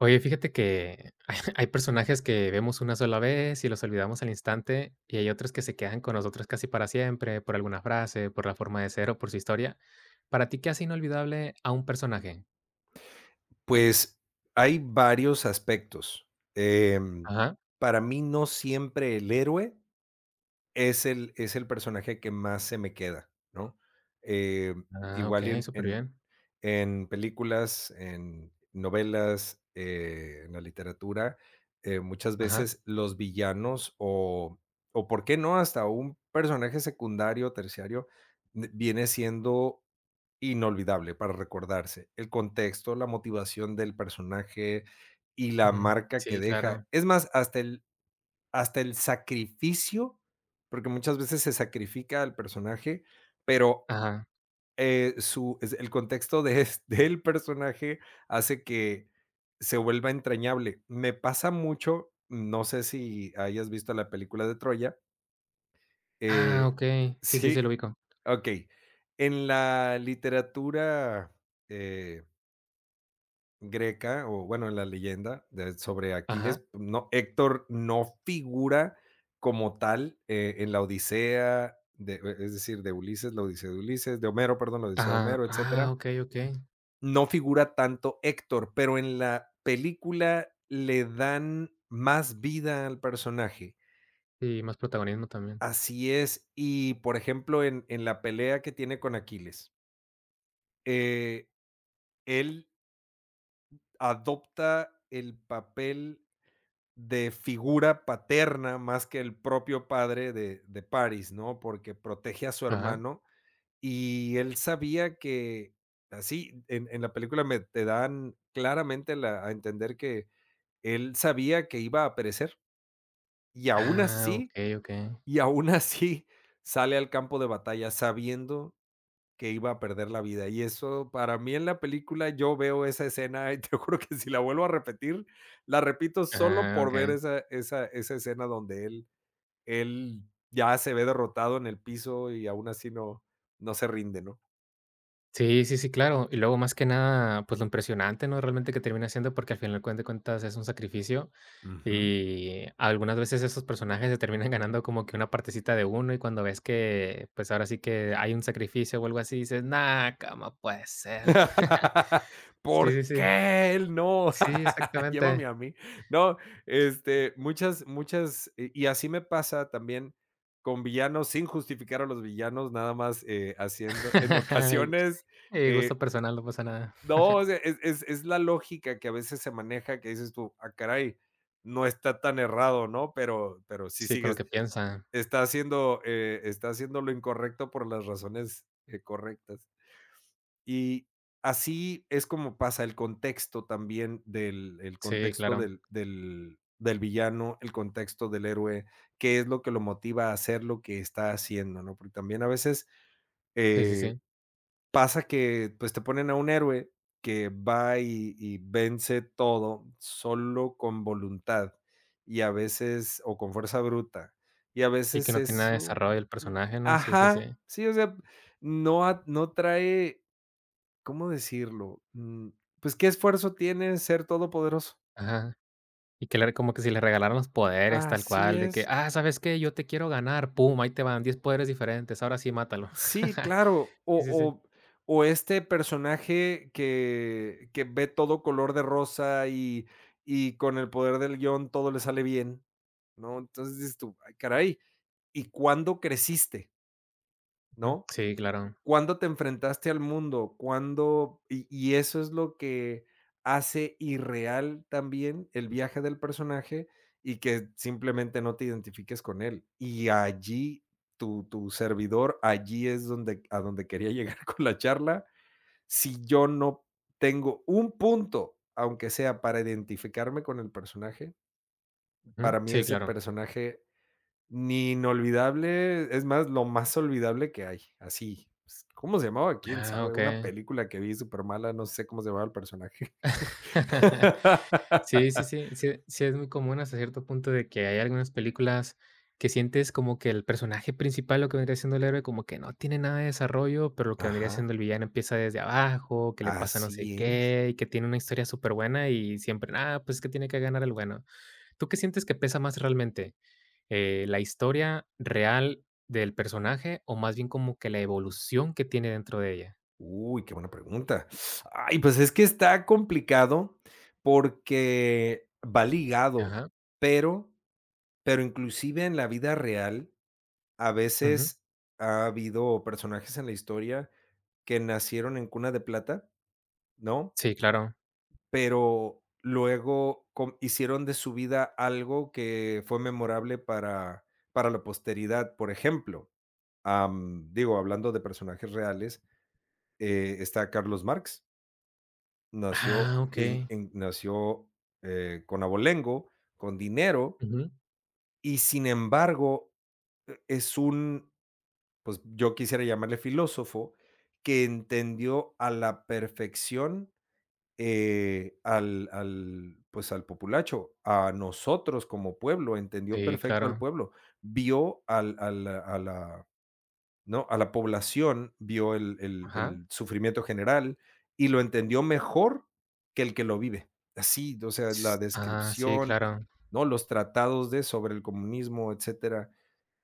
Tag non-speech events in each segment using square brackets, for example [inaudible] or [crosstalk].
Oye, fíjate que [laughs] hay personajes que vemos una sola vez y los olvidamos al instante, y hay otros que se quedan con nosotros casi para siempre, por alguna frase, por la forma de ser o por su historia. ¿Para ti qué hace inolvidable a un personaje? Pues, hay varios aspectos. Ajá. Para mí, no siempre el héroe es el personaje que más se me queda, ¿no? Em, Ah, ok, Igual y en súper en bien. en películas, en novelas, en la literatura, muchas Ajá. veces los villanos o, ¿por qué no?, hasta un personaje secundario, terciario, n viene siendo inolvidable para recordarse. El contexto, la motivación del personaje y la Ujú. marca que Sí, deja. claro. Es más, hasta el sacrificio, porque muchas veces se sacrifica al personaje, pero, Ajá. Su es el contexto de es [laughs] del personaje hace que se vuelva entrañable. Me pasa mucho, no sé si hayas visto la película de Troya, Ah, eh okey. Sí, sí, sí, sí, lo ubico. okey. En la literatura, eh, Greca, o bueno, en la leyenda de sobre Ajá. Aquiles, no, Héctor no figura como tal, en la Odisea de e es decir, de Ulises, la Odisea de Ulises, de Homero, perdón, la Odisea de Ajá. Homero, Ah, etcétera. okey, okey. No figura tanto Héctor, pero en la película le dan más vida al personaje. Sí, más protagonismo también. Así es, y por ejemplo, en la pelea que tiene con Aquiles, eh, él adopta el papel de figura paterna más que el propio padre de Paris, ¿no? Porque protege a su Ajá. hermano y él sabía que así en la película me te dan claramente la a entender que él sabía que iba a perecer y aún Ah, así okey, okey. y aún así sale al campo de batalla sabiendo que iba a perder la vida. Y eso, para mí en la película, yo veo esa escena y [laughs] te juro que si la vuelvo a repetir, la repito solo Ah, por ver okey. esa escena donde él ya se ve derrotado en el piso y aún así no se rinde, ¿no? Sí, sí, sí, claro. Y luego, más que nada, pues, lo impresionante, ¿no? Realmente que termina siendo, porque al final cuen de cuentas es un sacrificio, y algunas veces esos personajes se terminan ganando como que una partecita de uno, y cuando ves que, pues, ahora sí que hay un sacrificio o algo así, dices: "No, ¿cómo puede ser?". [laughs] [laughs] Sí, ¿Por sí, sí. qué él no? Sí, [laughs] Llévame exactamente. a mí. No, este, muchas, muchas, y así me pasa también con villanos, sin justificar a los villanos, nada más haciendo, en [laughs] ocasiones, Y gusto eh, personal, no pasa nada. no, o sea, es la lógica que a veces se maneja, que dices tú, ah, caray, no está tan errado, ¿no? Pero sí Sí, con lo sigues, que piensa. Está haciendo lo incorrecto por las razones correctas. Y así es como pasa el contexto también del el Sí, contexto claro. del villano, el contexto del héroe, qué es lo que lo motiva a hacer lo que está haciendo, ¿no? Porque también a veces, Sí, sí, eh, sí. pasa que, pues, te ponen a un héroe que va y vence todo solo con voluntad, y a veces o con fuerza bruta, y a Y que veces no tiene nada de eso desarrollo el mm, personaje, ¿no? Sí, sí, sí. ajá, sí, o sea, no trae. ¿Cómo decirlo? Pues, ¿qué esfuerzo tiene ser todopoderoso? Ajá. Y que le como que si le regalaran los poderes tal Así cual, de que: es. "Ah, ¿sabes qué? Yo te quiero ganar, pum, ahí te van 10 poderes diferentes, ahora sí mátalo". Sí, [laughs] claro. O Sí, sí, sí. o o este personaje que ve todo color de rosa y con el poder del guión todo le sale bien, ¿no? Entonces dices tú: "Ay, caray, ¿y cuándo creciste?", Ujú. ¿no? Sí, claro. ¿Cuándo te enfrentaste al mundo? ¿Cuándo? Y eso es lo que hace irreal también el viaje del personaje y que simplemente no te identifiques con él. Y allí tu servidor, allí es donde a donde quería llegar [laughs] con la charla. Si yo no tengo un punto, aunque sea para identificarme con el personaje, Ujú. para mí Sí, ese claro. personaje ni inolvidable, es más, lo más olvidable que hay, así. Pues, ¿cómo se llamaba? ¿Quién Ah, sabe? Una okey. película que vi súper mala, no sé cómo se llamaba el personaje. [laughs] [laughs] Sí, sí, sí, sí, sí es muy común hasta cierto punto de que hay algunas películas que sientes como que el personaje principal, lo que vendría siendo el héroe, como que no tiene nada de desarrollo, pero lo que vendría siendo Ajá, el villano empieza desde abajo, que le pasa no sé así es. qué, y que tiene una historia súper buena y siempre: "Ah, pues es que tiene que ganar el bueno". ¿Tú qué sientes que pesa más realmente? ¿La historia real del personaje o más bien como que la evolución que tiene dentro de ella? Uy, qué buena pregunta. Ay, pues es que está complicado porque va ligado, Ajá, pero, pero inclusive en la vida real, a ujú. veces ha habido personajes en la historia que nacieron en cuna de plata, ¿no? Sí, claro. Pero luego com hicieron de su vida algo que fue memorable para la posteridad. Por ejemplo, digo, hablando de personajes reales, está Carlos Marx. Nació Ah, en okey. Con abolengo, con dinero Ujú. y, sin embargo, es un, pues, yo quisiera llamarle filósofo, que entendió a la perfección pues al populacho, a nosotros como pueblo, entendió Sí, perfecto al claro. pueblo, vio al, a la- ¿no?, a la población, vio Ajá. el sufrimiento general y lo entendió mejor que el que lo vive. Así, o sea, la S ah, sí, descripción, claro. ¿no?, los tratados de sobre el comunismo, etcétera,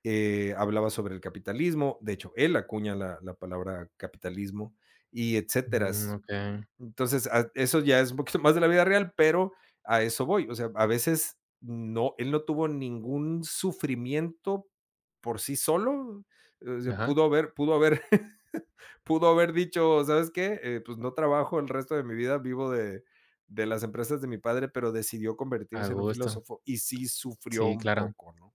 hablaba sobre el capitalismo, de hecho, él acuña la palabra capitalismo y etcétera. Mm, okey. Entonces, eso ya es un poquito [laughs] más de la vida real, pero a eso voy. O sea, a veces no, él no tuvo ningún sufrimiento por sí solo. O sea, Ajá. [laughs] Pudo haber dicho, ¿sabes qué? Pues no trabajo el resto de mi vida, vivo de las empresas de mi padre, pero decidió A convertirse en un gusto. filósofo y sí sufrió Sí, un claro. poco, ¿no?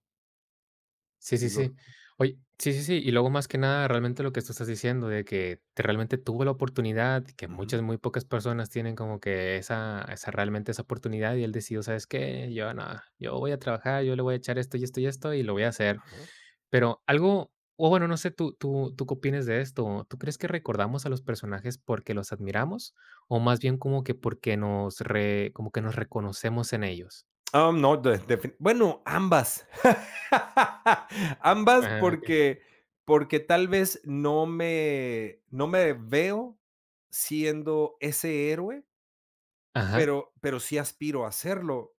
Sí, Sí sí, lo- sí. Oye, sí, sí, sí. Y luego, más que nada, realmente lo que tú estás diciendo de que te realmente tuvo la oportunidad, que Ujú. muchas, muy pocas personas tienen como que esa realmente esa oportunidad y él decidió, ¿sabes qué? Yo nada, yo voy a trabajar, yo le voy a echar esto y esto y esto y lo voy a hacer. Ajá. Pero algo, o bueno, no sé, ¿tú qué opinas de esto? ¿Tú crees que recordamos a los personajes porque los admiramos o más bien como que porque nos, re- como que nos reconocemos en ellos? No, bueno, ambas. [laughs] Ambas Ajá, ok. porque, porque tal vez no me veo siendo ese héroe, Ajá. Pero sí aspiro a hacerlo.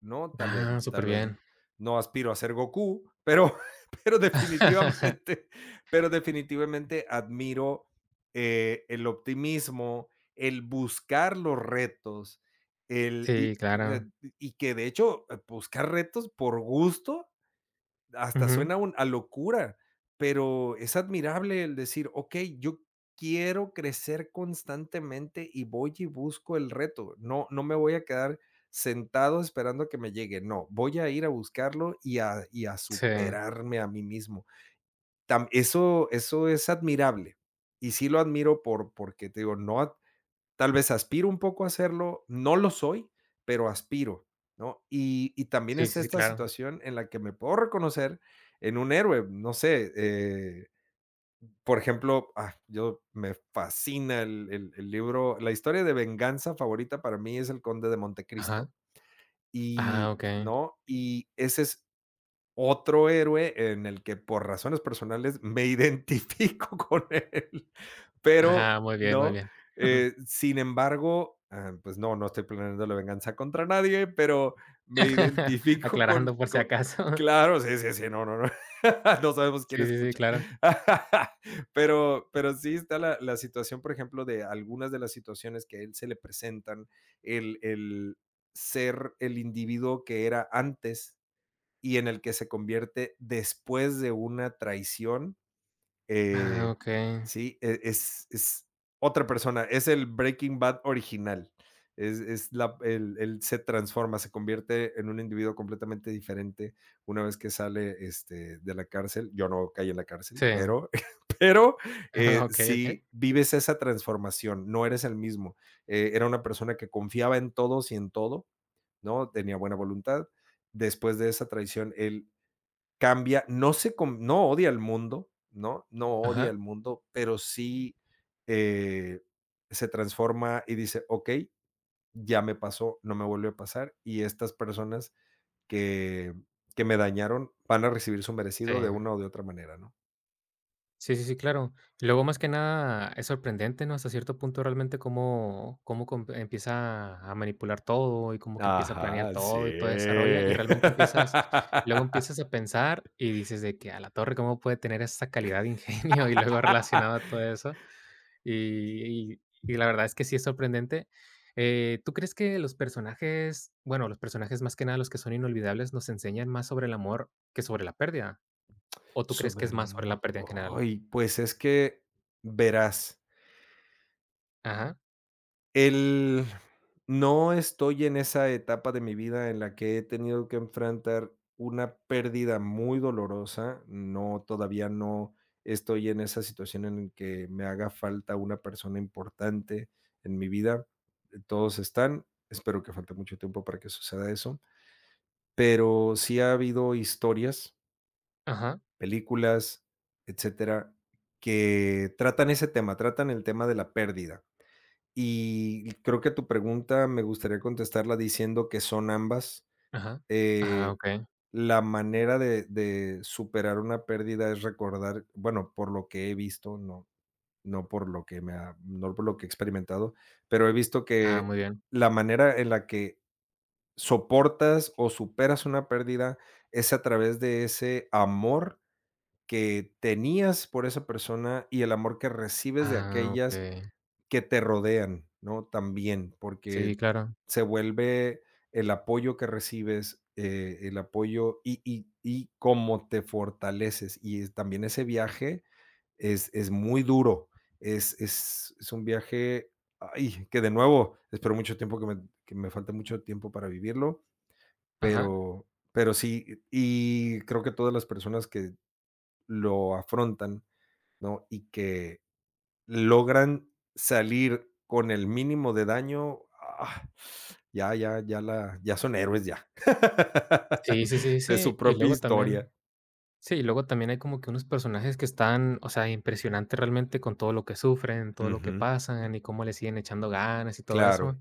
¿No? Ah, Tal súper vez bien. no aspiro a ser Goku, pero, [laughs] pero [laughs] definitivamente, pero definitivamente admiro el optimismo, el buscar los retos, Sí, o sea, claro. y que de hecho buscar retos por gusto hasta Ujú. suena un- a locura, pero es admirable el decir, ok, yo quiero crecer constantemente y voy y busco el reto. No, no me voy a quedar sentado esperando a que me llegue. No, voy a ir a buscarlo y a Sí. superarme a mí mismo. Eso, eso es admirable. Y sí lo admiro por, porque te digo, no, tal vez aspiro un poco a hacerlo, no lo soy, pero aspiro, ¿no? Y también Sí, está sí, sí, esta claro. situación en la que me puedo reconocer en un héroe, no sé, por ejemplo, ah, yo me fascina el libro, la historia de venganza favorita para mí es El Conde de Ajá. Montecristo Ah, y, okey. ¿no? Y ese es otro héroe en el que por razones personales me [laughs] identifico con él pero Ajá, muy bien, muy no. bien. Ujú. Sin embargo, ah, pues no, no estoy planeando la venganza contra nadie, pero me [laughs] identifico Aclarando por si acaso. [laughs] claro, sí, sí, sí, no, no, no. [laughs] No sabemos quién Sí, sí, sí, escucha. claro. [laughs] Pero sí está la situación, por ejemplo, de algunas de las situaciones que a él se le presentan, el ser el individuo que era antes y en el que se convierte después de una traición Ah, eh, okey. sí, es otra persona, es el Breaking Bad original. Él se transforma, se convierte en un individuo completamente diferente una vez que sale este, de la cárcel. Yo no caí en la cárcel, Sí. pero, [laughs] [laughs] pero Ajá, okey, sí vives esa transformación, no eres el mismo. Era una persona que confiaba en todos y en todo, ¿no? Tenía buena voluntad. Después de esa traición, él cambia, no odia al mundo, ¿no? No odia Ajá. al mundo, pero sí eh, se transforma y dice, ok, ya me pasó, no me vuelve a pasar, y estas personas que, que me dañaron van a recibir su Sí. merecido de una o de otra manera, ¿no? Sí, sí, sí, claro. Y luego, más que nada, es sorprendente, ¿no? Hasta cierto punto, realmente, cómo, cómo com- empieza a manipular todo y cómo que empieza a planear Ajá, todo y todo sí. desarrolla. Y realmente empiezas, luego [laughs] empiezas a pensar y dices de que a la torre, ¿cómo puede tener esa calidad de ingenio? [laughs] Y luego relacionado a todo eso. Y, y- y la verdad es que sí es sorprendente. ¿Tú crees que los personajes, bueno, los personajes más que nada, los que son inolvidables, nos enseñan más sobre el amor que sobre la pérdida? ¿O tú crees que Sobre es el más sobre amor. la pérdida en general? Ay, pues es que verás. Ajá. El No estoy en esa etapa de mi vida en la que he tenido que enfrentar una pérdida muy dolorosa. No, todavía no estoy en esa situación en el que me haga falta una persona importante en mi vida. Todos están. Espero que falte mucho tiempo para que suceda eso. Pero sí ha habido historias, Ajá, películas, etcétera, que tratan ese tema, tratan el tema de la pérdida. Y creo que tu pregunta me gustaría contestarla diciendo que son ambas. ajá. Ah, Eh, okey. la manera de superar una pérdida es recordar, bueno, por lo que he visto, no no por lo que me ha no por lo que he experimentado, pero he visto Ah, que muy bien. la manera en la que soportas o superas una pérdida es a través de ese amor que tenías por esa persona y el amor que recibes de Ah, aquellas okey. que te rodean, ¿no? También, porque Sí, claro. se vuelve el apoyo que recibes, el apoyo y cómo te fortaleces. También ese viaje es muy duro, es un viaje, ay, que de nuevo, espero mucho tiempo que que me falte mucho tiempo para vivirlo, Ajá. pero, pero sí, y creo que todas las personas que lo afrontan, ¿no? Y que logran salir con el mínimo de daño, ah, ya ya son héroes ya. Sí, sí, sí, [laughs] De su sí. Y propia luego historia. también sí, y luego también hay como que unos personajes que están, o sea, impresionante realmente con todo lo que sufren, todo lo que Ujú, pasan y cómo le siguen echando ganas y todo claro. eso.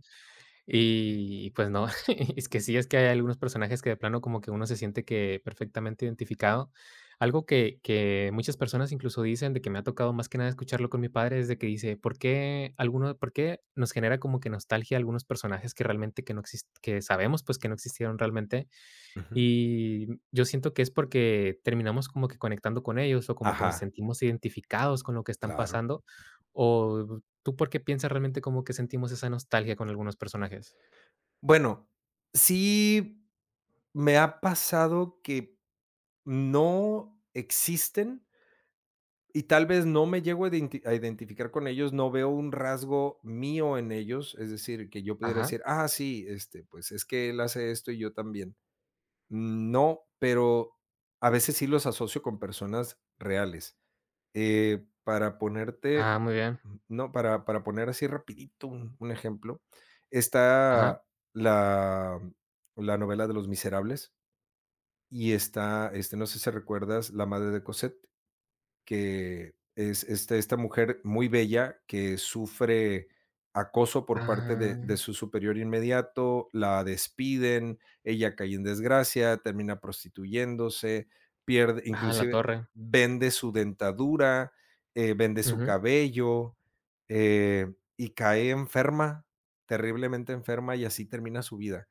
Y pues no, [laughs] es que sí, es que hay algunos personajes que de plano como que uno se siente que perfectamente identificado. Algo que muchas personas incluso dicen, de que me ha tocado más que nada escucharlo con mi padre, es de que dice: "¿Por qué alguno por qué nos genera como que nostalgia algunos personajes que realmente que no exis que sabemos, pues, que no existieron realmente?". Ujú. Y yo siento que es porque terminamos como que conectando con ellos, o como que nos Ajá, sentimos identificados con lo que están claro. pasando, o, ¿tú por qué piensas realmente como que sentimos esa nostalgia con algunos personajes? Bueno, sí me ha pasado que no existen y tal vez no me llego a identificar con ellos, no veo un rasgo mío en ellos, es decir, que yo pudiera Ajá. decir, ah, sí, este, pues es que él hace esto y yo también. Mm, no, pero a veces sí los asocio con personas reales. Para ponerte, Ah, muy bien. No, para poner así rapidito un ejemplo, Ajá. está la la novela de Los Miserables y está, este, no sé si recuerdas La madre de Cosette que es este, esta mujer muy bella que sufre acoso por parte de Ah, su superior inmediato, la despiden, ella cae en desgracia, termina prostituyéndose, pierde, ah, la inclusive torre. vende su dentadura, vende su Ujú. cabello eh, y cae enferma, terriblemente enferma y así termina su vida.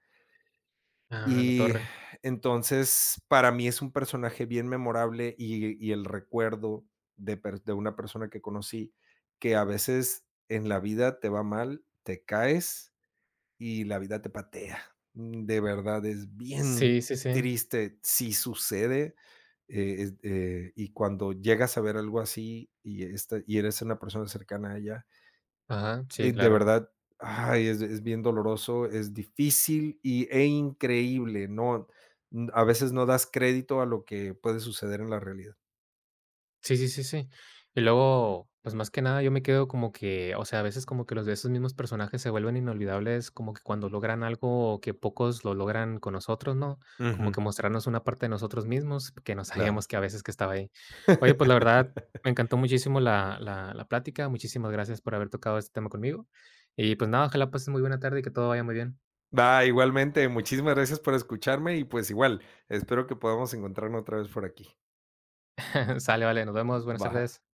Ah, la Y torre. entonces, para mí es un personaje bien memorable y el recuerdo de una persona que conocí, que a veces en la vida te va mal, te caes y la vida te patea. De verdad, es bien Sí, sí, sí. triste, si sucede, y cuando llegas a ver algo así y eres una persona cercana a ella, Ajá, sí, de claro. verdad, ay, es bien doloroso, es difícil increíble, no, mm, a veces no das crédito a lo que puede suceder en la realidad. Sí, sí, sí, sí. Y luego, pues, más que nada, yo me quedo como que, o sea, a veces como que los de esos mismos personajes se vuelven inolvidables, como que cuando logran algo que pocos lo logran con nosotros, ¿no? Como que Ujú. mostrarnos una parte de nosotros mismos que no [laughs] Claro. sabíamos que a veces que estaba ahí. Oye, pues, la verdad, me encantó muchísimo la plática. Muchísimas gracias por haber tocado este tema conmigo. Y, pues, nada, ojalá pases muy buena tarde y que todo vaya muy bien. Va, igualmente, muchísimas gracias por escucharme y, pues, igual, espero que podamos encontrarnos otra vez por aquí. [laughs] Sale, vale, nos vemos. Buenas Va. tardes.